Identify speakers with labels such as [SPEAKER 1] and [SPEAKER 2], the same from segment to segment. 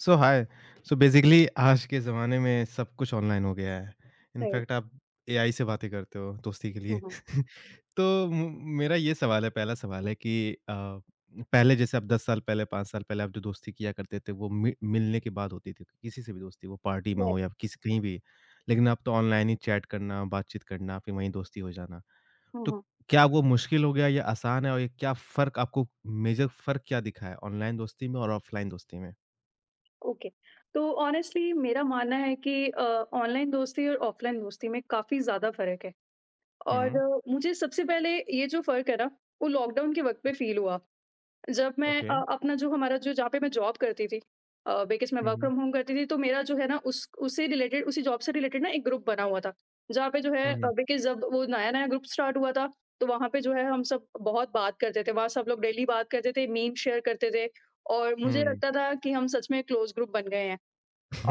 [SPEAKER 1] हाय। Basically आज के ज़माने में सब कुछ ऑनलाइन हो गया है।
[SPEAKER 2] राइट।
[SPEAKER 1] इनफैक्ट आप एआई से बातें करते हो दोस्ती के
[SPEAKER 2] हुँ,
[SPEAKER 1] लिए।
[SPEAKER 2] हुँ।
[SPEAKER 1] तो म मेरा ये सवाल है, पहला सवाल है कि अ, पहले जैसे आप 10 साल पहले, 5 साल पहले आप जो दोस्ती किया करते थे वो मि मिलने के बाद होती थी, किसी से भी दोस्ती, वो पार्टी में
[SPEAKER 2] राइट।
[SPEAKER 1] हो या किसी कहीं भी। लेकिन अब तो ऑनलाइन ही चैट करना, बातचीत करना, फिर वहीं दोस्ती हो जाना।
[SPEAKER 2] हुँ,
[SPEAKER 1] तो
[SPEAKER 2] हुँ।
[SPEAKER 1] क्या वो मुश्किल हो गया या आसान है और ये क्या फ़र्क आपको मेजर फ़र्क क्या दिखा है ऑनलाइन दोस्ती में और ऑफ़लाइन दोस्ती में?
[SPEAKER 2] ओके। तो ऑनेस्टली मेरा मानना है कि ऑनलाइन दोस्ती और ऑफ़लाइन दोस्ती में काफ़ी ज़्यादा फ़र्क है।
[SPEAKER 1] हुँ,
[SPEAKER 2] और
[SPEAKER 1] हुँ।
[SPEAKER 2] मुझे सबसे पहले ये जो फ़र्क है ना, वो लॉकडाउन के वक़्त पे फ़ील हुआ। जब मैं
[SPEAKER 1] ओके।
[SPEAKER 2] अपना जो हमारा जो जहाँ पे मैं जॉब करती थी, बेकिस मैं
[SPEAKER 1] हुँ,
[SPEAKER 2] वर्क
[SPEAKER 1] हुँ।
[SPEAKER 2] फ्रॉम होम करती थी, तो मेरा जो है ना उस उससे रिलेटेड उसी जॉब से रिलेटेड ना एक ग्रुप बना हुआ था। जहाँ पे जो
[SPEAKER 1] हुँ,
[SPEAKER 2] है
[SPEAKER 1] हुँ।
[SPEAKER 2] बेकिस जब वो नया-नया ग्रुप स्टार्ट हुआ था, तो वहाँ पे जो है हम सब बहुत बात करते थे। वहाँ सब लोग डेली बात करते थे, मीम शेयर करते थे और मुझे
[SPEAKER 1] हुँ।
[SPEAKER 2] लगता था कि हम सच में क्लोज़ ग्रुप बन गए हैं।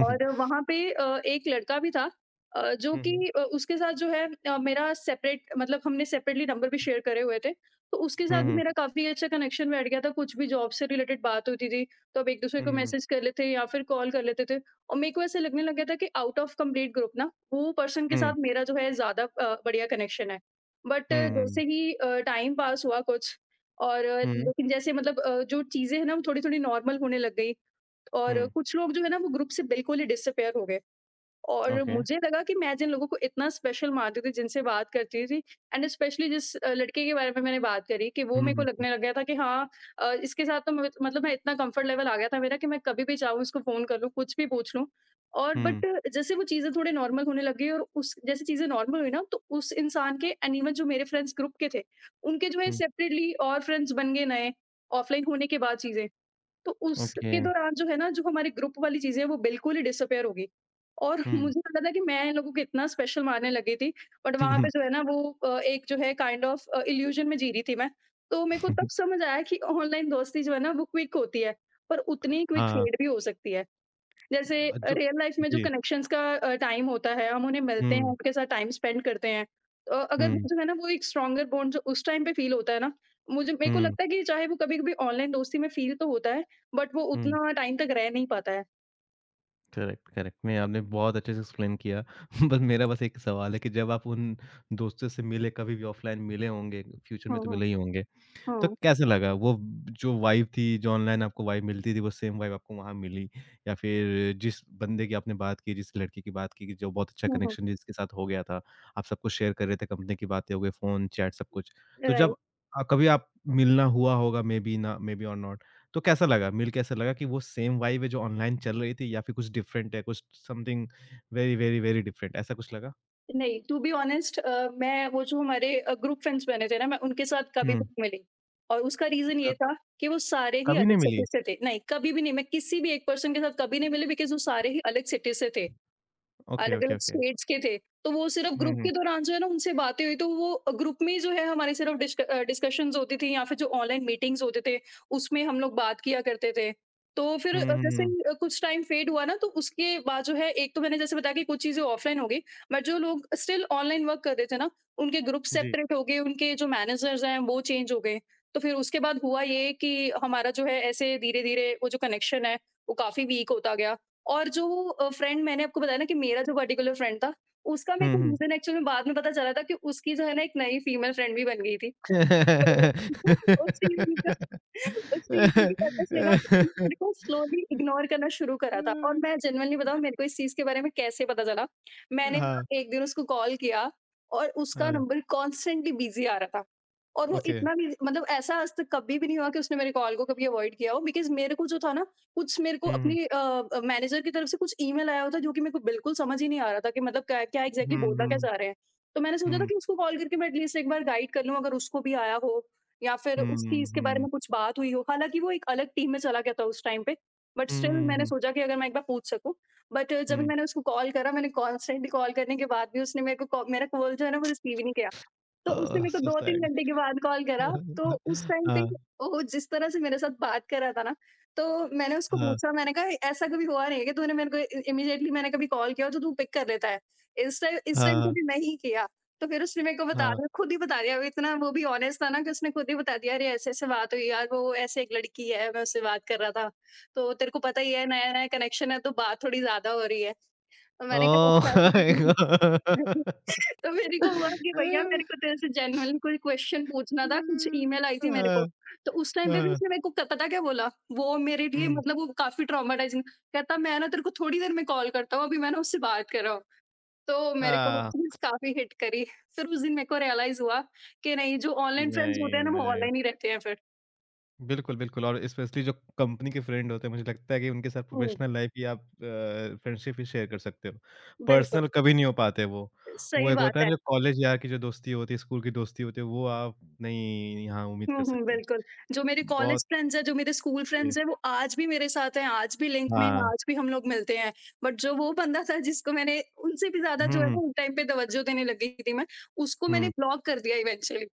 [SPEAKER 2] और वहाँ पे एक लड़का भी था, जो
[SPEAKER 1] हुँ, हुँ।
[SPEAKER 2] कि उसके साथ जो है मेरा सेपरेट, मतलब हमने सेपरेटली नंबर भी शेयर करे हुए थे। तो उसके साथ
[SPEAKER 1] हुँ,
[SPEAKER 2] भी
[SPEAKER 1] हुँ।
[SPEAKER 2] मेरा काफ़ी अच्छा कनेक्शन बैठ गया था, कुछ भी जॉब से रिलेटेड बात होती थी, तो अब एक-दूसरे
[SPEAKER 1] हुँ,
[SPEAKER 2] को
[SPEAKER 1] हुँ।
[SPEAKER 2] मैसेज कर लेते या फिर कॉल कर लेते थे। और मेरे को ऐसा लगने लग गया था कि आउट ऑफ कंप्लीट ग्रुप ना, वो पर्सन के
[SPEAKER 1] हुँ,
[SPEAKER 2] साथ मेरा जो है ज़्यादा बढ़िया कनेक्शन है। बट जैसे
[SPEAKER 1] हुँ।
[SPEAKER 2] ही टाइम पास हुआ कुछ, और
[SPEAKER 1] हुँ,
[SPEAKER 2] लेकिन जैसे मतलब जो चीज़ें हैं ना, वो थोड़ी-थोड़ी नॉर्मल होने लग गई। और
[SPEAKER 1] हुँ।
[SPEAKER 2] कुछ लोग जो है ना वो ग्रुप से बिल्कुल ही डिसअपियर हो गए। और
[SPEAKER 1] ओके।
[SPEAKER 2] मुझे लगा कि मैं जिन लोगों को इतना स्पेशल मानती थी, जिनसे बात करती थी, एंड स्पेशली जिस लड़के के बारे में मैंने बात करी, कि वो
[SPEAKER 1] हुँ,
[SPEAKER 2] मेरे को
[SPEAKER 1] हुँ, हुँ।
[SPEAKER 2] लगने लग गया था कि हाँ, इसके साथ तो मतलब मैं, इतना कंफर्ट लेवल आ गया था मेरा कि मैं कभी भी चाहूँ इसको फोन कर लूँ, कुछ भी पूछ लूँ।
[SPEAKER 1] हुँ,
[SPEAKER 2] बट जैसे वो चीजें थोड़े नॉर्मल होने लगी, और उस जैसे चीजें नॉर्मल हुई ना, तो उस इंसान के अनिवन जो मेरे फ्रेंड्स ग्रुप के थे, उनके जो है
[SPEAKER 1] हुँ।
[SPEAKER 2] सेपरेटली और फ्रेंड्स बन गए नए, ऑफलाइन होने के बाद चीजें। तो
[SPEAKER 1] ओके।
[SPEAKER 2] उसके दौरान जो है ना, जो हमारे ग्रुप वाली चीज़ें हैं वो बिल्कुल ही डिसअपियर हो गई। और
[SPEAKER 1] हुँ।
[SPEAKER 2] मुझे लगा था कि मैं इन लोगों को इतना स्पेशल मानने लगी थी, बट वहाँ पे जो है ना वो एक जो है काइंड ऑफ इल्यूज़न में जी रही थी मैं। तो मेरे को तब समझ आया कि ऑनलाइन दोस्ती जो है ना वो क्विक होती है, पर उतनी क्विक
[SPEAKER 1] हाँ,
[SPEAKER 2] फेड भी हो सकती है। जैसे
[SPEAKER 1] अ, जो
[SPEAKER 2] रियल लाइफ में जो
[SPEAKER 1] जी।
[SPEAKER 2] कनेक्शंस का टाइम होता है, हम उन्हें मिलते हैं,
[SPEAKER 1] हुँ,
[SPEAKER 2] उनके साथ टाइम स्पेंड करते हैं, अगर वो
[SPEAKER 1] हुँ,
[SPEAKER 2] जो है ना वो एक स्ट्रॉन्गर बॉन्ड जो उस टाइम पे फील होता है ना, मुझे मेरे को
[SPEAKER 1] हुँ,
[SPEAKER 2] लगता है कि चाहे वो कभी कभी ऑनलाइन दोस्ती में फील तो होता है, बट वो
[SPEAKER 1] हुँ।
[SPEAKER 2] उतना टाइम तक रह नहीं पाता है।
[SPEAKER 1] Correct, correct. नहीं, आपने बहुत अच्छे से एक्सप्लेन किया। बस मेरा बस एक सवाल है कि जब आप उन दोस्तों से मिले, कभी भी ऑफ़लाइन मिले होंगे, फ्यूचर
[SPEAKER 2] हाँ,
[SPEAKER 1] में तो
[SPEAKER 2] हाँ,
[SPEAKER 1] मिले ही होंगे। तो
[SPEAKER 2] हाँ,
[SPEAKER 1] कैसा लगा? वो जो वाइब थी, जो ऑनलाइन आपको वाइब मिलती थी, वो सेम वाइब आपको वहाँ मिली? या फिर जिस बंदे की आपने बात की, जिस लड़की की बात की, कि जो बहुत अच्छा
[SPEAKER 2] हाँ, हाँ।
[SPEAKER 1] कनेक्शन जिसके साथ हो गया था, आप सब कुछ शेयर कर रहे थे, कंपनी की बातें हो गई, फ़ोन, चैट सब कुछ। तो जब
[SPEAKER 2] राइट।
[SPEAKER 1] कभी आप मिलना हुआ होगा मेबी ना मेबी और नॉट, तो कैसा लगा? मिल के ऐसा लगा कि वो सेम वाइब है जो ऑनलाइन चल रही थी या फिर कुछ डिफरेंट है, कुछ something very, very, very different ऐसा कुछ लगा?
[SPEAKER 2] नहीं, टू बी ऑनेस्ट, मैं वो जो हमारे ग्रुप फ्रेंड्स बने थे ना, मैं उनके साथ कभी भी
[SPEAKER 1] हुँ,
[SPEAKER 2] नहीं मिली। और उसका रीजन ये
[SPEAKER 1] क
[SPEAKER 2] था कि वो सारे ही
[SPEAKER 1] कभी
[SPEAKER 2] अलग
[SPEAKER 1] नहीं
[SPEAKER 2] सिटी
[SPEAKER 1] मिली?
[SPEAKER 2] से थे, नहीं कभी भी नहीं, मैं किसी भी एक पर्सन के साथ कभी नहीं मिली, बिकॉज वो सारे ही अलग सिटी से थे,
[SPEAKER 1] ओके, ओके,
[SPEAKER 2] अलग-अलग
[SPEAKER 1] ओके।
[SPEAKER 2] स्टेट्स के थे। तो वो सिर्फ़
[SPEAKER 1] हुँ,
[SPEAKER 2] ग्रुप
[SPEAKER 1] हुँ।
[SPEAKER 2] के दौरान जो है ना उनसे बातें हुई, तो वो ग्रुप में ही जो है हमारी सिर्फ़ डिस्कशंस होती थी, या फिर जो ऑनलाइन मीटिंग्स होते थे, उसमें हम लोग बात किया करते थे। तो फिर
[SPEAKER 1] हुँ, हुँ,
[SPEAKER 2] जैसे
[SPEAKER 1] हुँ।
[SPEAKER 2] ही कुछ टाइम फ़ेड हुआ ना, तो उसके बाद जो है, एक तो मैंने जैसे बताया कि कुछ चीज़ें ऑफ़लाइन हो गई, बट जो लोग स्टिल ऑनलाइन वर्क कर रहे थे ना, उनके ग्रुप
[SPEAKER 1] जी।
[SPEAKER 2] सेपरेट हो गए, उनके जो मैनेजर्स हैं वो चेंज हो गए। तो फिर उसके बाद हुआ ये कि हमारा जो है ऐसे धीरे-धीरे वो जो कनेक्शन है, वो काफ़ी वीक होता गया। और जो फ्रेंड मैंने आपको बताया ना, कि मेरा जो पर्टिकुलर फ्रेंड था, उसका मेरे
[SPEAKER 1] हुँ,
[SPEAKER 2] को
[SPEAKER 1] हुँ।
[SPEAKER 2] रीज़न एक्चुअल में बाद में पता चला था कि उसकी जो है ना एक नई फीमेल फ्रेंड भी बन गई थी। तो उस रीज़न का उस रीज़न की वजह से ना उसने मेरे को स्लोली इग्नोर करना शुरू करा था। और मैं जेन्युइनली बताऊँ, मेरे को इस चीज़ के बारे में कैसे पता चला? मैंने ना
[SPEAKER 1] हाँ,
[SPEAKER 2] एक दिन उसको कॉल किया, और उसका
[SPEAKER 1] हाँ,
[SPEAKER 2] नंबर कॉन्स्टेंटली बिज़ी आ रहा था। और वो
[SPEAKER 1] ओके।
[SPEAKER 2] इतना भी, मतलब ऐसा आज तक कभी भी नहीं हुआ कि उसने मेरे कॉल को कभी अवॉइड किया हो, बिकॉज़ मेरे को जो था ना, कुछ मेरे को
[SPEAKER 1] हम्म,
[SPEAKER 2] अपनी मैनेजर की तरफ से कुछ ईमेल आया हुआ था, जो कि मेरे को बिल्कुल समझ ही नहीं आ रहा था कि मतलब क्या क्या एग्ज़ैक्टली
[SPEAKER 1] हम्म,
[SPEAKER 2] बोलना क्या
[SPEAKER 1] हम्म,
[SPEAKER 2] चाह रहे हैं। तो मैंने सोचा था
[SPEAKER 1] हम्म,
[SPEAKER 2] कि उसको कॉल करके मैं एटलीस्ट एक बार गाइड कर लूँ, अगर उसको भी आया हो या फिर उस
[SPEAKER 1] हम्म,
[SPEAKER 2] चीज़ के बारे
[SPEAKER 1] हम्म,
[SPEAKER 2] में कुछ बात हुई हो। हालाँकि वो एक अलग टीम में चला गया था उस टाइम पे, बट स्टिल
[SPEAKER 1] हम्म,
[SPEAKER 2] मैंने
[SPEAKER 1] हम्म,
[SPEAKER 2] सोचा कि अगर मैं एक बार पूछ सकूँ। बट जब भी
[SPEAKER 1] हम्म।
[SPEAKER 2] मैंने उसको कॉल करा, मैंने कॉन्स्टेंटली कॉल करने के बाद भी उसने मेरे को कॉ मेरा कॉल जो है ना वो रिसीव ही नहीं किया। तो उसने
[SPEAKER 1] Oh,
[SPEAKER 2] मेरे को
[SPEAKER 1] so
[SPEAKER 2] 2-3
[SPEAKER 1] sad.
[SPEAKER 2] घंटे के बाद कॉल करा, तो उस टाइम पे
[SPEAKER 1] हाँ,
[SPEAKER 2] वो जिस तरह से मेरे साथ बात कर रहा था ना, तो मैंने उसको
[SPEAKER 1] हाँ,
[SPEAKER 2] पूछा, मैंने कहा, "ऐसा कभी हुआ नहीं है कि तूने मेरे को, इ इमीडिएटली मैंने कभी कॉल किया हो तो तू पिक कर लेता है। इस टाइम
[SPEAKER 1] हाँ,
[SPEAKER 2] तूने नहीं किया।" तो फिर उसने मेरे को बता
[SPEAKER 1] हाँ.
[SPEAKER 2] दिया, खुद ही बता दिया, वो भी ऑनेस्ट था ना, कि उसने खुद ही बता दिया, "अरे ऐसे-ऐसे बात हुई यार, वो ऐसे एक लड़की है, मैं उससे बात कर रहा था। तो तेरे को पता ही है, नया-नया कनेक्शन है, तो बात थोड़ी ज़्यादा हो रही है।" तो मैंने कहा,
[SPEAKER 1] Oh my
[SPEAKER 2] "अच्छा।"
[SPEAKER 1] God.
[SPEAKER 2] तो मेरे को हुआ कि भैया, मेरे को तेरे से जेन्युइन कोई क्वेश्चन पूछना था, कुछ ईमेल आई
[SPEAKER 1] हाँ,
[SPEAKER 2] थी मेरे को। तो उस टाइम पे भी
[SPEAKER 1] हाँ,
[SPEAKER 2] उसने मेरे को, क पता क्या बोला? वो मेरे लिए
[SPEAKER 1] हम्म.
[SPEAKER 2] मतलब वो काफ़ी ट्रॉमाटाइज़िंग। कहता, मैं ना तेरे को थोड़ी देर में कॉल करता हूँ, अभी मैं ना उससे बात कर रहा हूँ। तो मेरे को वो
[SPEAKER 1] आ,
[SPEAKER 2] चीज़ काफ़ी हिट करी। फिर उस दिन मेरे को रियलाइज़ हुआ कि नहीं, जो ऑनलाइन फ्रेंड्स होते
[SPEAKER 1] नहीं,
[SPEAKER 2] हैं ना वो
[SPEAKER 1] नहीं,
[SPEAKER 2] ऑनलाइन ही रहते हैं फिर।
[SPEAKER 1] बिल्कुल, बिल्कुल। और स्पेशली जो कंपनी के फ्रेंड होते हैं, मुझे लगता है कि उनके साथ
[SPEAKER 2] हुँ,
[SPEAKER 1] प्रोफ़ेशनल लाइफ़ ही आप फ्रेंडशिप ही शेयर कर सकते हो।
[SPEAKER 2] बिल्कुल,
[SPEAKER 1] पर्सनल कभी नहीं हो पाते वो। वो
[SPEAKER 2] सही
[SPEAKER 1] एक होता
[SPEAKER 2] बात
[SPEAKER 1] है
[SPEAKER 2] है।
[SPEAKER 1] ना जो कॉलेज यार की जो दोस्ती होती है, स्कूल की दोस्ती होती है, वो आप नहीं यहाँ उम्मीद
[SPEAKER 2] हुँ,
[SPEAKER 1] कर
[SPEAKER 2] हुँ,
[SPEAKER 1] सकते।
[SPEAKER 2] बिल्कुल। जो मेरे कॉलेज
[SPEAKER 1] बहुत
[SPEAKER 2] फ्रेंड्स हैं, जो मेरे स्कूल फ्रेंड्स
[SPEAKER 1] ये
[SPEAKER 2] हैं, वो आज भी मेरे साथ हैं, आज भी लिंक में हैं,
[SPEAKER 1] हाँ।
[SPEAKER 2] आज भी हम लोग मिलते हैं। बट जो वो बंदा था, जिसको मैंने उनसे भी ज़्यादा जो
[SPEAKER 1] हुँ,
[SPEAKER 2] है ना
[SPEAKER 1] हुँ,
[SPEAKER 2] उस टाइम पे तवज्जो देने लग गई थी मैं, उसको मैंने
[SPEAKER 1] हुँ।
[SPEAKER 2] ब्लॉक कर दिया eventually.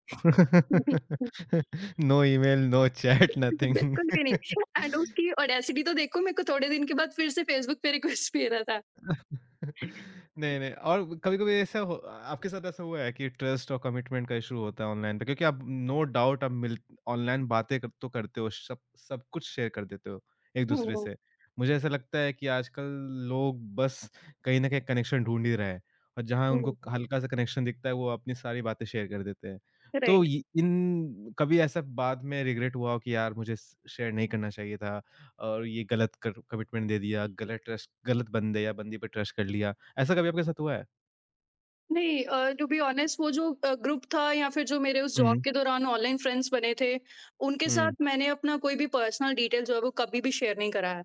[SPEAKER 1] No email, no chat, nothing.
[SPEAKER 2] बिल्कुल भी नहीं। एंड उसकी ऑडेसिटी तो देखो, मेरे को थोड़े दिन के बाद फिर से फेसबुक पे रिक्वेस्ट भी आ रहा था।
[SPEAKER 1] नहीं, नहीं। और कभी-कभी ऐसा हो, आपके साथ ऐसा हुआ है कि ट्रस्ट और कमिटमेंट का इश्यू होता है ऑनलाइन पे? क्योंकि आप, नो डाउट, आप मिल ऑनलाइन बातें कर तो करते हो, सब सब कुछ शेयर कर देते हो
[SPEAKER 2] हुँ,
[SPEAKER 1] एक-दूसरे
[SPEAKER 2] हुँ,
[SPEAKER 1] से। मुझे ऐसा लगता है कि आजकल लोग बस कहीं न कहीं कनेक्शन ढूँढ ही रहे हैं और जहाँ
[SPEAKER 2] हुँ,
[SPEAKER 1] उनको हल्का-सा कनेक्शन दिखता है, वो अपनी सारी बातें शेयर कर देते हैं। तो
[SPEAKER 2] राइट।
[SPEAKER 1] ये इन कभी ऐसा बाद में रिग्रेट हुआ हो कि यार मुझे स शेयर नहीं करना चाहिए था? और ये गलत कर कमिटमेंट दे दिया, गलत ट्रस्ट, गलत बंदे या बंदी पे ट्रस्ट कर लिया। ऐसा कभी आपके साथ हुआ है?
[SPEAKER 2] नहीं, टू बी ऑनेस्ट, वो जो ग्रुप था, या फिर जो मेरे उस जॉब
[SPEAKER 1] हुँ,
[SPEAKER 2] के दौरान ऑनलाइन फ्रेंड्स बने थे, उनके
[SPEAKER 1] हुँ।
[SPEAKER 2] साथ मैंने अपना कोई भी पर्सनल डिटेल जो है वो कभी भी शेयर नहीं करा है।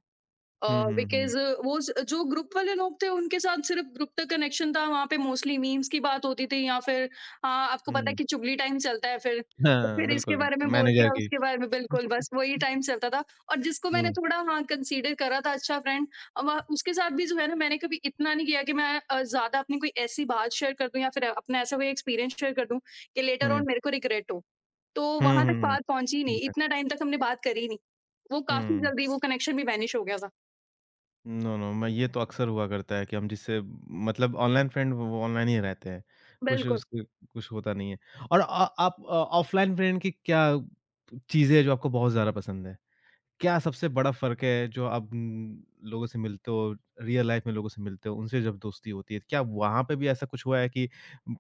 [SPEAKER 1] हुँ, हुँ, हुँ,
[SPEAKER 2] बिकॉज़ वो ज जो ग्रुप वाले लोग थे, उनके साथ सिर्फ़ ग्रुप तक कनेक्शन था, वहाँ पे मोस्टली मीम्स की बात होती थी, या फिर आपको पता है
[SPEAKER 1] हुँ।
[SPEAKER 2] कि चुगली टाइम चलता है फिर। तो
[SPEAKER 1] हाँ,
[SPEAKER 2] फिर इसके
[SPEAKER 1] बिल्कुल,
[SPEAKER 2] बारे में
[SPEAKER 1] बिल्कुल।
[SPEAKER 2] बोल
[SPEAKER 1] मैनेजर
[SPEAKER 2] दिया,
[SPEAKER 1] की
[SPEAKER 2] उसके बारे में, बिल्कुल बस वही टाइम चलता था। और जिसको मैंने
[SPEAKER 1] हुँ,
[SPEAKER 2] थोड़ा हाँ कंसीडर करा था अच्छा फ्रेंड, वह उसके साथ भी जो है ना, मैंने कभी इतना नहीं किया कि मैं ज़्यादा अपनी कोई ऐसी बात शेयर कर दूँ या फिर अपना ऐसा कोई एक्सपीरियंस शेयर कर दूँ कि लेटर
[SPEAKER 1] हुँ।
[SPEAKER 2] ऑन मेरे को रिग्रेट हो। तो
[SPEAKER 1] हुँ,
[SPEAKER 2] वहाँ तक
[SPEAKER 1] हुँ, हुँ।
[SPEAKER 2] बात पहुँची ही नहीं,
[SPEAKER 1] ठीक है।
[SPEAKER 2] इतना टाइम तक हमने बात करी ही नहीं। वो काफ़ी
[SPEAKER 1] हुँ।
[SPEAKER 2] जल्दी वो कनेक्शन भी वैनिश हो गया था।
[SPEAKER 1] नो, नो, मैं, ये तो अक्सर हुआ करता है कि हम जिससे मतलब ऑनलाइन फ्रेंड वो ऑनलाइन ही रहते हैं। कुछ
[SPEAKER 2] बिल्कुल।
[SPEAKER 1] उसके कुछ होता नहीं है। और आप ऑफलाइन फ्रेंड की क्या चीज़ें हैं जो आपको बहुत ज़्यादा पसंद है? क्या सबसे बड़ा फ़र्क है जो आप लोगों से मिलते हो, रियल लाइफ़ में लोगों से मिलते हो, उनसे जब दोस्ती होती है, क्या वहाँ पे भी ऐसा कुछ हुआ है कि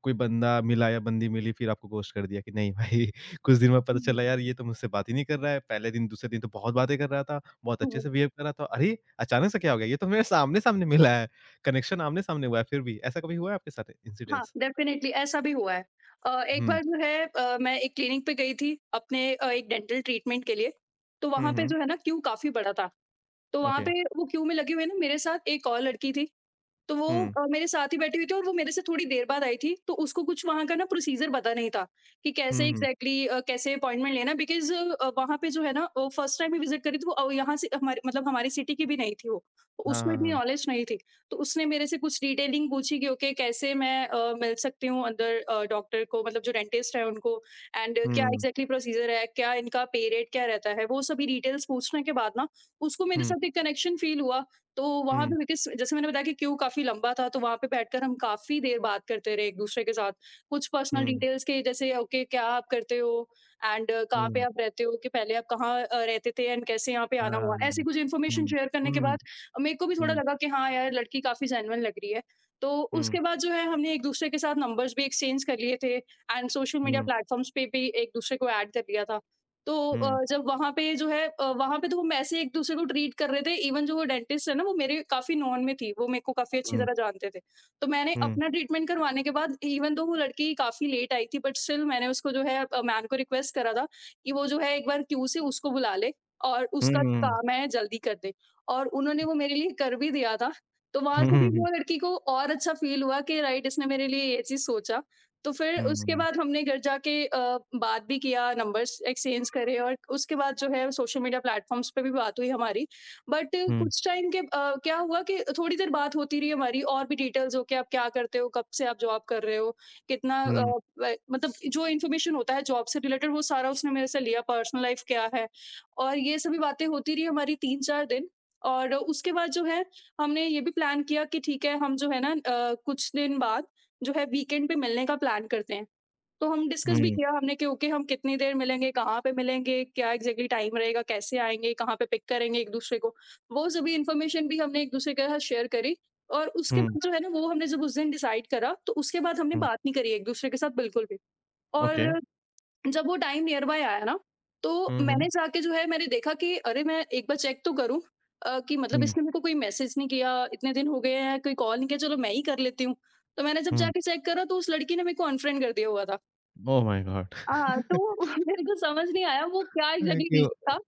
[SPEAKER 1] कोई बंदा मिला या बंदी मिली फिर आपको घोस्ट कर दिया कि नहीं भाई कुछ दिन में पता चला, यार ये तो मुझसे बात ही नहीं कर रहा है, पहले दिन दूसरे दिन तो बहुत बातें कर रहा था, बहुत
[SPEAKER 2] हुँ,
[SPEAKER 1] अच्छे
[SPEAKER 2] हुँ।
[SPEAKER 1] से बिहेव कर रहा था, अरे! अचानक से क्या हो गया? ये तो मेरे सामने-सामने मिला है, कनेक्शन आमने-सामने हुआ है, फिर भी, ऐसा कभी हुआ है आपके साथ
[SPEAKER 2] हाँ,
[SPEAKER 1] इंसिडेंस?
[SPEAKER 2] डेफ़िनेटली ऐसा भी हुआ है। एक
[SPEAKER 1] हुँ।
[SPEAKER 2] बार जो है, मैं एक क्लिनिक पे गई थी अपने एक डेंटल ट्रीटमेंट के लिए, तो वहाँ
[SPEAKER 1] हुँ,
[SPEAKER 2] पे
[SPEAKER 1] हुँ,
[SPEAKER 2] जो है ना क्यू काफ़ी बड़ा था। तो वहाँ
[SPEAKER 1] ओके।
[SPEAKER 2] पे वो क्यू में लगी हुई ना मेरे साथ एक और लड़की थी। तो वो
[SPEAKER 1] हुँ।
[SPEAKER 2] मेरे साथ ही बैठी हुई थी, और वो मेरे से थोड़ी देर बाद आई थी, तो उसको कुछ वहाँ का ना प्रोसीज़र पता नहीं था, कि कैसे
[SPEAKER 1] हुँ, हुँ।
[SPEAKER 2] एग्ज़ैक्टली कैसे अपॉइंटमेंट लेना, बिकॉज़ वहाँ पे जो है ना फर्स्ट टाइम ही विज़िट करी थी वो, औ यहाँ से हमारे मतलब हमारी सिटी की भी नहीं थी वो। तो
[SPEAKER 1] हाँ,
[SPEAKER 2] उसको
[SPEAKER 1] हाँ,
[SPEAKER 2] इतनी
[SPEAKER 1] हाँ।
[SPEAKER 2] नॉलेज नहीं थी, तो उसने मेरे से कुछ डिटेलिंग पूछी कि ओके, कैसे मैं मिल सकती हूँ अंदर, डॉक्टर को मतलब जो डेंटिस्ट है उनको। एंड क्या
[SPEAKER 1] हुँ,
[SPEAKER 2] एग्ज़ैक्टली प्रोसीज़र है, क्या इनका पे रेट क्या रहता है, वो सभी डिटेल्स पूछने के बाद ना उसको मेरे
[SPEAKER 1] हुँ,
[SPEAKER 2] साथ एक कनेक्शन फ़ील हुआ। तो वहाँ
[SPEAKER 1] हुँ,
[SPEAKER 2] पे बिकॉज़ जैसे मैंने बताया कि क्यू काफ़ी लंबा था, तो वहाँ पे बैठकर हम काफ़ी देर बात करते रहे एक-दूसरे के साथ। कुछ पर्सनल
[SPEAKER 1] हुँ,
[SPEAKER 2] डिटेल्स, के जैसे ओके okay, क्या आप करते हो? एंड कहाँ पे
[SPEAKER 1] हुँ।
[SPEAKER 2] आप रहते हो? कि पहले आप कहाँ रहते थे एंड कैसे यहाँ पे आना हुआ? ऐसी कुछ इन्फॉर्मेशन शेयर करने के बाद मेरे को भी थोड़ा लगा कि हाँ यार, लड़की काफ़ी जेन्युइन लग रही है। तो उसके बाद जो है हमने एक-दूसरे के साथ नंबर्स भी एक्सचेंज कर लिए थे एंड सोशल मीडिया प्लेटफ़ॉर्म्स पे भी एक-दूसरे को ऐड कर लिया था। तो जब वहाँ पे जो है वहाँ पे तो हम ऐसे एक-दूसरे को ट्रीट कर रहे थे, इवन जो वो डेंटिस्ट है ना, वो मेरे काफ़ी नॉन में थी, वो मेरे को काफ़ी अच्छी तरह जानते थे। तो मैंने
[SPEAKER 1] ああ、うん、うん、うん、うん、うん、うん、うん、うん、うん、うん、うん、うん、うん、うん、うん、うん.
[SPEAKER 2] अपना ट्रीटमेंट करवाने के बाद, इवन दो वो लड़की काफ़ी लेट आई थी, बट स्टिल मैंने उसको जो है मैम को रिक्वेस्ट करा था कि वो जो है एक बार क्यू से उसको बुला ले और उसका काम है जल्दी कर दे। और उन्होंने वो मेरे लिए कर भी दिया था, तो वहाँ से भी वो लड़की को और अच्छा फ़ील हुआ कि राइट इसने मेरे लिए ये चीज़ सोचा। तो फिर उसके बाद हमने घर जाके बात भी किया, नंबर्स एक्सचेंज करे और उसके बाद जो है सोशल मीडिया प्लेटफ़ॉर्म्स पे भी बात हुई हमारी। बट कुछ टाइम के क्या हुआ कि थोड़ी देर बात होती रही हमारी, और भी डिटेल्स, हो के आप क्या करते हो, कब से आप जॉब कर रहे हो, कितना व मतलब जो इन्फॉर्मेशन होता है जॉब से रिलेटेड वो सारा उसने मेरे से लिया, पर्सनल लाइफ़ क्या है, और ये सभी बातें होती रही हमारी 3-4 दिन। और उसके बाद जो है हमने ये भी प्लान किया कि ठीक है, हम जो है ना कुछ दिन बाद जो है वीकेंड पे मिलने का प्लान करते हैं। तो हम डिस्कस भी किया हमने कि ओके, हम कितनी देर मिलेंगे, कहाँ पे मिलेंगे, क्या एग्ज़ैक्टली टाइम रहेगा, कैसे आएँगे, कहाँ पे पिक करेंगे एक-दूसरे को। वो सभी इन्फॉर्मेशन भी हमने एक-दूसरे के साथ शेयर करी और उसके बाद जो है ना, वो हमने जब उस दिन डिसाइड करा, तो उसके बाद हमने बात नहीं करी एक-दूसरे के साथ बिल्कुल भी। और
[SPEAKER 1] Okay.
[SPEAKER 2] जब वो टाइम नियर बाय आया ना, तो मैंने
[SPEAKER 1] Mhm.
[SPEAKER 2] जाके जो है मैंने देखा कि अरे मैं एक बार चेक तो करूँ कि मतलब
[SPEAKER 1] Mhm.
[SPEAKER 2] इसने मेरे को कोई मैसेज नहीं किया, इतने दिन हो गए हैं, कोई कॉल नहीं किया, चलो मैं ही कर लेती हूँ। तो मैंने जब
[SPEAKER 1] Mhm.
[SPEAKER 2] जाके चेक करा, तो उस लड़की ने मेरे को अनफ्रेंड कर दिया हुआ था।
[SPEAKER 1] Oh my god.
[SPEAKER 2] हाँ, तो मेरे को समझ नहीं आया वो क्या
[SPEAKER 1] Thank
[SPEAKER 2] एग्ज़ैक्टली
[SPEAKER 1] you.
[SPEAKER 2] रीज़न था।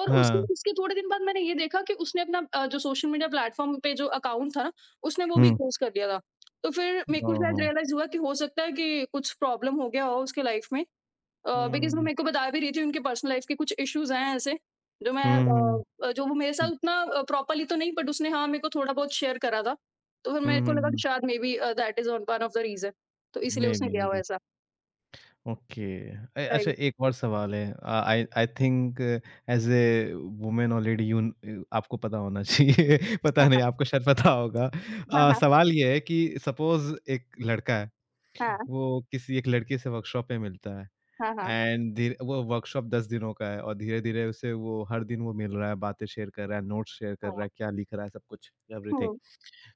[SPEAKER 2] और उसके
[SPEAKER 1] Ah.
[SPEAKER 2] उसके थोड़े दिन बाद मैंने ये देखा कि उसने अपना जो सोशल मीडिया प्लेटफ़ॉर्म पे जो अकाउंट था ना, उसने वो भी
[SPEAKER 1] Mm.
[SPEAKER 2] क्लोज़ कर दिया था। तो फिर मेरे को शायद
[SPEAKER 1] Oh.
[SPEAKER 2] रियलाइज़ हुआ कि हो सकता है कि कुछ प्रॉब्लम हो गया हो उसके लाइफ़ में। बिकॉज़ वो
[SPEAKER 1] Mhm.
[SPEAKER 2] मेरे को बता भी रही थी उनके पर्सनल लाइफ़ के कुछ इश्यूज़ हैं ऐसे, जो मैं
[SPEAKER 1] Mhm.
[SPEAKER 2] जो वो मेरे साथ उतना प्रॉपरली तो नहीं, बट उसने, हाँ, मेरे को थोड़ा बहुत शेयर करा था। तो फिर मेरे को लगा कि
[SPEAKER 1] Mhm.
[SPEAKER 2] शायद maybe that is one one of the reason, तो इसीलिए उसने
[SPEAKER 1] Maybe,
[SPEAKER 2] किया हो
[SPEAKER 1] maybe.
[SPEAKER 2] ऐसा।
[SPEAKER 1] ओके। अच्छा,
[SPEAKER 2] राइट।
[SPEAKER 1] एक और सवाल है। I I think as a women already you, आपको पता होना चाहिए।
[SPEAKER 2] हाँ,
[SPEAKER 1] पता नहीं,
[SPEAKER 2] हाँ।
[SPEAKER 1] आपको शायद पता होगा।
[SPEAKER 2] हाँ, हाँ।
[SPEAKER 1] सवाल ये है कि सपोज एक लड़का है,
[SPEAKER 2] हाँ,
[SPEAKER 1] वो किसी एक लड़के से वर्कशॉप पे मिलता है
[SPEAKER 2] हाँ, हाँ,
[SPEAKER 1] एंड धीरे वो वर्कशॉप 10 दिनों का है और धीरे धीरे उसे, वो हर दिन वो मिल रहा है, बातें शेयर कर रहा है, नोट्स शेयर कर
[SPEAKER 2] हाँ।
[SPEAKER 1] रहा है, क्या लिख रहा है, सब कुछ, एवरीथिंग।
[SPEAKER 2] हुँ,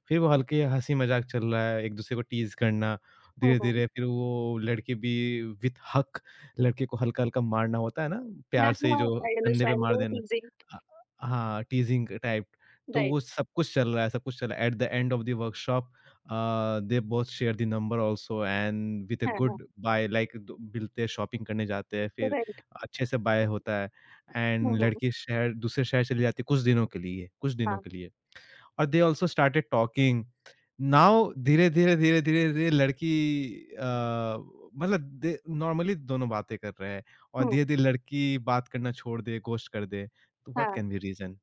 [SPEAKER 1] फिर वो हल्के हँसी मज़ाक चल रहा है, एक दूसरे को टीज़ करना,
[SPEAKER 2] हुँ, हुँ।
[SPEAKER 1] धीरे-धीरे फिर वो लड़की भी विथ हक लड़के को हल्का-हल्का मारना होता है ना,
[SPEAKER 2] हाँ,
[SPEAKER 1] प्यार से
[SPEAKER 2] हाँ,
[SPEAKER 1] जो
[SPEAKER 2] आई
[SPEAKER 1] कंधे पे
[SPEAKER 2] अंडरस्टैंड
[SPEAKER 1] मार
[SPEAKER 2] वो
[SPEAKER 1] देना।
[SPEAKER 2] चीज़ें।
[SPEAKER 1] अ, हाँ, टीज़िंग टाइप, तो
[SPEAKER 2] राइट।
[SPEAKER 1] वो सब कुछ चल रहा है, सब कुछ चल रहा है। At the end of the workshop they both share the number also and with a
[SPEAKER 2] हाँ, हाँ।
[SPEAKER 1] गुड बाय, लाइक दो मिलते हैं, शॉपिंग करने जाते हैं, फिर
[SPEAKER 2] राइट।
[SPEAKER 1] अच्छे से बाय होता है
[SPEAKER 2] हुँ,
[SPEAKER 1] एंड
[SPEAKER 2] हुँ।
[SPEAKER 1] लड़की शहर दूसरे शहर चली जाती है कुछ दिनों के लिए, कुछ दिनों
[SPEAKER 2] हाँ।
[SPEAKER 1] के लिए। और they also started talking now. धीरे धीरे धीरे धीरे धीरे लड़की अ, मतलब नॉर्मली दोनों बातें कर रहे हैं और
[SPEAKER 2] हुँ।
[SPEAKER 1] धीरे धीरे लड़की बात करना छोड़ दे, घोस्ट कर दे, तो व्हाट
[SPEAKER 2] हाँ।
[SPEAKER 1] Can be reason?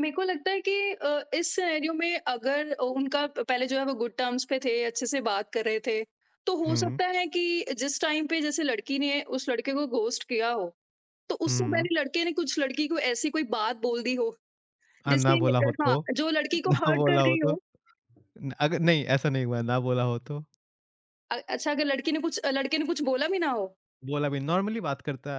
[SPEAKER 2] मेरे को लगता है कि इस सिनेरियो में अगर उनका पहले जो है वो गुड टर्म्स पे थे, अच्छे से बात कर रहे थे, तो हो
[SPEAKER 1] हुँ,
[SPEAKER 2] सकता है कि जिस टाइम पे जैसे लड़की ने उस लड़के को घोस्ट किया हो, तो उससे
[SPEAKER 1] हुँ।
[SPEAKER 2] पहले लड़के ने कुछ लड़की को ऐसी कोई बात बोल दी हो,
[SPEAKER 1] ना
[SPEAKER 2] जिससे,
[SPEAKER 1] बोला हो तो?
[SPEAKER 2] हाँ, जो लड़की को
[SPEAKER 1] ना
[SPEAKER 2] हर्ट कर
[SPEAKER 1] बोला हो
[SPEAKER 2] रही
[SPEAKER 1] तो?
[SPEAKER 2] हो।
[SPEAKER 1] न, अगर नहीं ऐसा नहीं हुआ, ना बोला हो तो?
[SPEAKER 2] अच्छा, अगर लड़की ने कुछ, लड़के ने कुछ बोला भी ना हो।
[SPEAKER 1] बोला भी, नॉर्मली बात करता,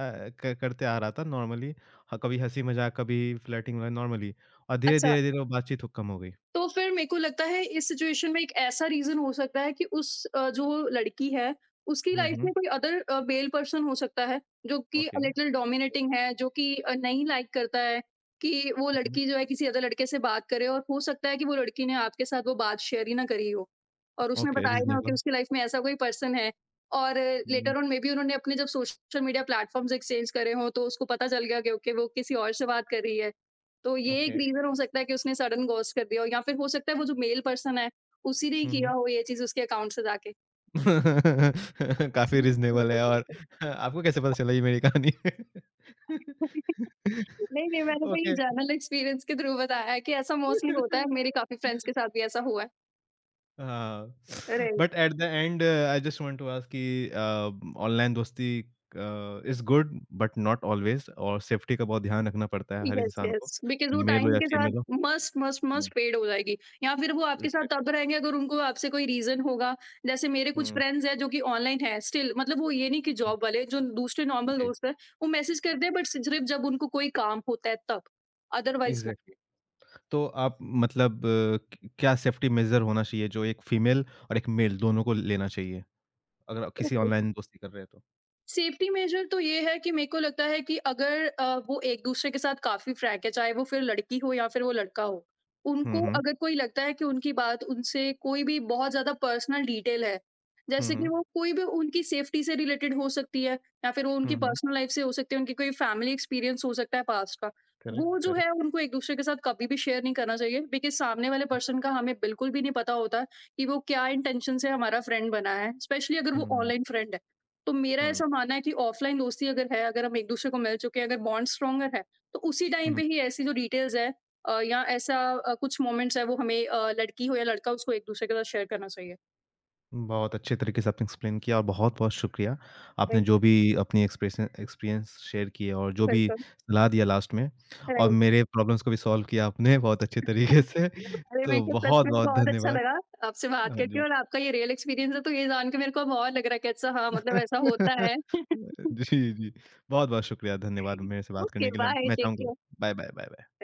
[SPEAKER 1] क करते आ रहा था नॉर्मली, ह कभी हँसी मज़ाक, कभी फ्लर्टिंग नॉर्मली, और
[SPEAKER 2] अच्छा,
[SPEAKER 1] धीरे-धीरे धीरे धीरे वो बातचीत हो कम हो गई।
[SPEAKER 2] तो फिर मेरे को लगता है इस सिचुएशन में एक ऐसा रीज़न हो सकता है कि उस, जो लड़की है, उसकी
[SPEAKER 1] हुँ,
[SPEAKER 2] लाइफ़
[SPEAKER 1] हुँ।
[SPEAKER 2] में कोई अदर मेल पर्सन हो सकता है, जो कि
[SPEAKER 1] ओके।
[SPEAKER 2] लिटिल डोमिनेटिंग है, जो कि नहीं लाइक करता है कि वो
[SPEAKER 1] हुँ।
[SPEAKER 2] लड़की जो है किसी अदर लड़के से बात करे, और हो सकता है कि वो लड़की ने आपके साथ वो बात शेयर ही ना करी हो और उसने
[SPEAKER 1] ओके,
[SPEAKER 2] बताया ना हो कि
[SPEAKER 1] रीज़नेबल।
[SPEAKER 2] उसकी लाइफ़ में ऐसा कोई पर्सन है। और
[SPEAKER 1] हुँ,
[SPEAKER 2] लेटर ऑन मेबी उन्होंने अपने जब सोशल मीडिया प्लेटफ़ॉर्म्स एक्सचेंज करे हों, तो उसको पता चल गया कि ओके, वो किसी और से बात कर रही है। तो ये एक
[SPEAKER 1] ओके।
[SPEAKER 2] रीज़न हो सकता है कि उसने सडन घोस्ट कर दिया हो, या फिर हो सकता है वो जो मेल पर्सन है, उसी ने
[SPEAKER 1] हुँ,
[SPEAKER 2] किया
[SPEAKER 1] हुँ।
[SPEAKER 2] हो ये चीज़ उसके अकाउंट से जाके।
[SPEAKER 1] काफ़ी
[SPEAKER 2] ये कैसे
[SPEAKER 1] रीज़नेबल
[SPEAKER 2] बता
[SPEAKER 1] है और
[SPEAKER 2] सकते हैं?
[SPEAKER 1] आपको कैसे पता चला ये मेरी कहानी है?
[SPEAKER 2] नहीं, नहीं, मैंने तो ये
[SPEAKER 1] ओके।
[SPEAKER 2] जनरल एक्सपीरियंस के थ्रू बताया है कि ऐसा मोस्टली होता है, मेरे काफ़ी फ्रेंड्स के साथ भी ऐसा हुआ है।
[SPEAKER 1] हाँ,
[SPEAKER 2] अरे!
[SPEAKER 1] But at the end I just want to ask कि ऑनलाइन दोस्ती is good but not always, और सेफ्टी का बहुत ध्यान रखना पड़ता है हर
[SPEAKER 2] यस,
[SPEAKER 1] इंसान को,
[SPEAKER 2] यस, बिकॉज़ वो
[SPEAKER 1] मेल
[SPEAKER 2] टाइम
[SPEAKER 1] हो या
[SPEAKER 2] के साथ
[SPEAKER 1] फीमेल हो।
[SPEAKER 2] मस्ट, मस्ट,
[SPEAKER 1] हुँ,
[SPEAKER 2] मस्ट फेड हो जाएगी, या फिर वो आपके साथ
[SPEAKER 1] एग्ज़ैक्टली।
[SPEAKER 2] तब रहेंगे अगर उनको आपसे कोई रीज़न होगा। जैसे मेरे कुछ
[SPEAKER 1] हुँ,
[SPEAKER 2] फ्रेंड्स हैं जो कि ऑनलाइन हैं, स्टिल मतलब वो ये नहीं, कि
[SPEAKER 1] हुँ,
[SPEAKER 2] जॉब वाले जो दूसरे नॉर्मल
[SPEAKER 1] जी,
[SPEAKER 2] दोस्त हैं, वो मैसेज करते हैं बट सिर्फ़ जब उनको कोई काम होता है तब, अदरवाइज़
[SPEAKER 1] एग्ज़ैक्टली। तो आप मतलब अ, क क्या सेफ्टी मेजर होना चाहिए जो एक फीमेल और एक मेल दोनों को लेना चाहिए? अगर आप किसी
[SPEAKER 2] नहीं।
[SPEAKER 1] ऑनलाइन दोस्ती कर रहे हैं तो?
[SPEAKER 2] सेफ्टी मेजर तो ये है कि मेरे को लगता है कि अगर वो एक दूसरे के साथ काफ़ी फ्रैंक है, चाहे वो फिर लड़की हो या फिर वो लड़का हो,
[SPEAKER 1] हुँ,
[SPEAKER 2] उनको
[SPEAKER 1] हुँ।
[SPEAKER 2] अगर कोई लगता है कि उनकी बात उनसे कोई भी बहुत ज़्यादा पर्सनल डिटेल है,
[SPEAKER 1] हुँ,
[SPEAKER 2] जैसे कि
[SPEAKER 1] हुँ।
[SPEAKER 2] वो कोई भी उनकी सेफ्टी से रिलेटेड हो सकती है या फिर वो उनकी
[SPEAKER 1] हुँ, हुँ।
[SPEAKER 2] पर्सनल लाइफ से हो सकती है, उनकी कोई फैमिली एक्सपीरियंस हो सकता है पास्ट का,
[SPEAKER 1] करेक्ट,
[SPEAKER 2] वो जो है
[SPEAKER 1] करेक्ट।
[SPEAKER 2] उनको एक दूसरे के साथ कभी भी शेयर नहीं करना चाहिए, बिकॉज़ सामने वाले पर्सन का हमें बिल्कुल भी नहीं पता होता कि वो क्या इंटेंशन से हमारा फ्रेंड बना है, स्पेशली अगर वो
[SPEAKER 1] हुँ, हुँ,
[SPEAKER 2] ऑनलाइन फ्रेंड है। तो मेरा
[SPEAKER 1] हुँ,
[SPEAKER 2] ऐसा मानना है कि ऑफलाइन दोस्ती अगर है, अगर हम एक-दूसरे को मिल चुके हैं, अगर बॉन्ड स्ट्रॉन्गर है, तो उसी टाइम
[SPEAKER 1] हुँ।
[SPEAKER 2] पे ही ऐसी जो डिटेल्स है, या ऐसा कुछ मोमेंट्स है वो हमें, लड़की हो या लड़का, उसको एक-दूसरे के साथ शेयर करना चाहिए।
[SPEAKER 1] बहुत अच्छे तरीके से आपने एक्सप्लेन किया और बहुत-बहुत शुक्रिया। आपने
[SPEAKER 2] राइट,
[SPEAKER 1] जो भी अपनी एक्सप्रेशन, एक्सपीरियंस शेयर किए और जो भी
[SPEAKER 2] बिल्कुल,
[SPEAKER 1] सलाह दिया लास्ट में, और
[SPEAKER 2] राइट।
[SPEAKER 1] मेरे प्रॉब्लम्स को भी सॉल्व किया आपने बहुत अच्छे तरीके से।
[SPEAKER 2] अरे, मेरे
[SPEAKER 1] तो
[SPEAKER 2] को सच में
[SPEAKER 1] बहुत-बहुत
[SPEAKER 2] बहुत अच्छा
[SPEAKER 1] धन्यवाद।
[SPEAKER 2] लगा आपसे बात
[SPEAKER 1] हाँ
[SPEAKER 2] करके,
[SPEAKER 1] जी।
[SPEAKER 2] और आपका ये रियल एक्सपीरियंस है, तो ये जान के मेरे को अब और लग रहा है कि अच्छा हाँ, मतलब ऐसा होता है।
[SPEAKER 1] जी, जी। बहुत-बहुत शुक्रिया, धन्यवाद मेरे से बात
[SPEAKER 2] ओके,
[SPEAKER 1] करने के लिए।
[SPEAKER 2] बाय,
[SPEAKER 1] मैं
[SPEAKER 2] टेक
[SPEAKER 1] चाहूँगा
[SPEAKER 2] care.
[SPEAKER 1] Bye, bye, bye, bye.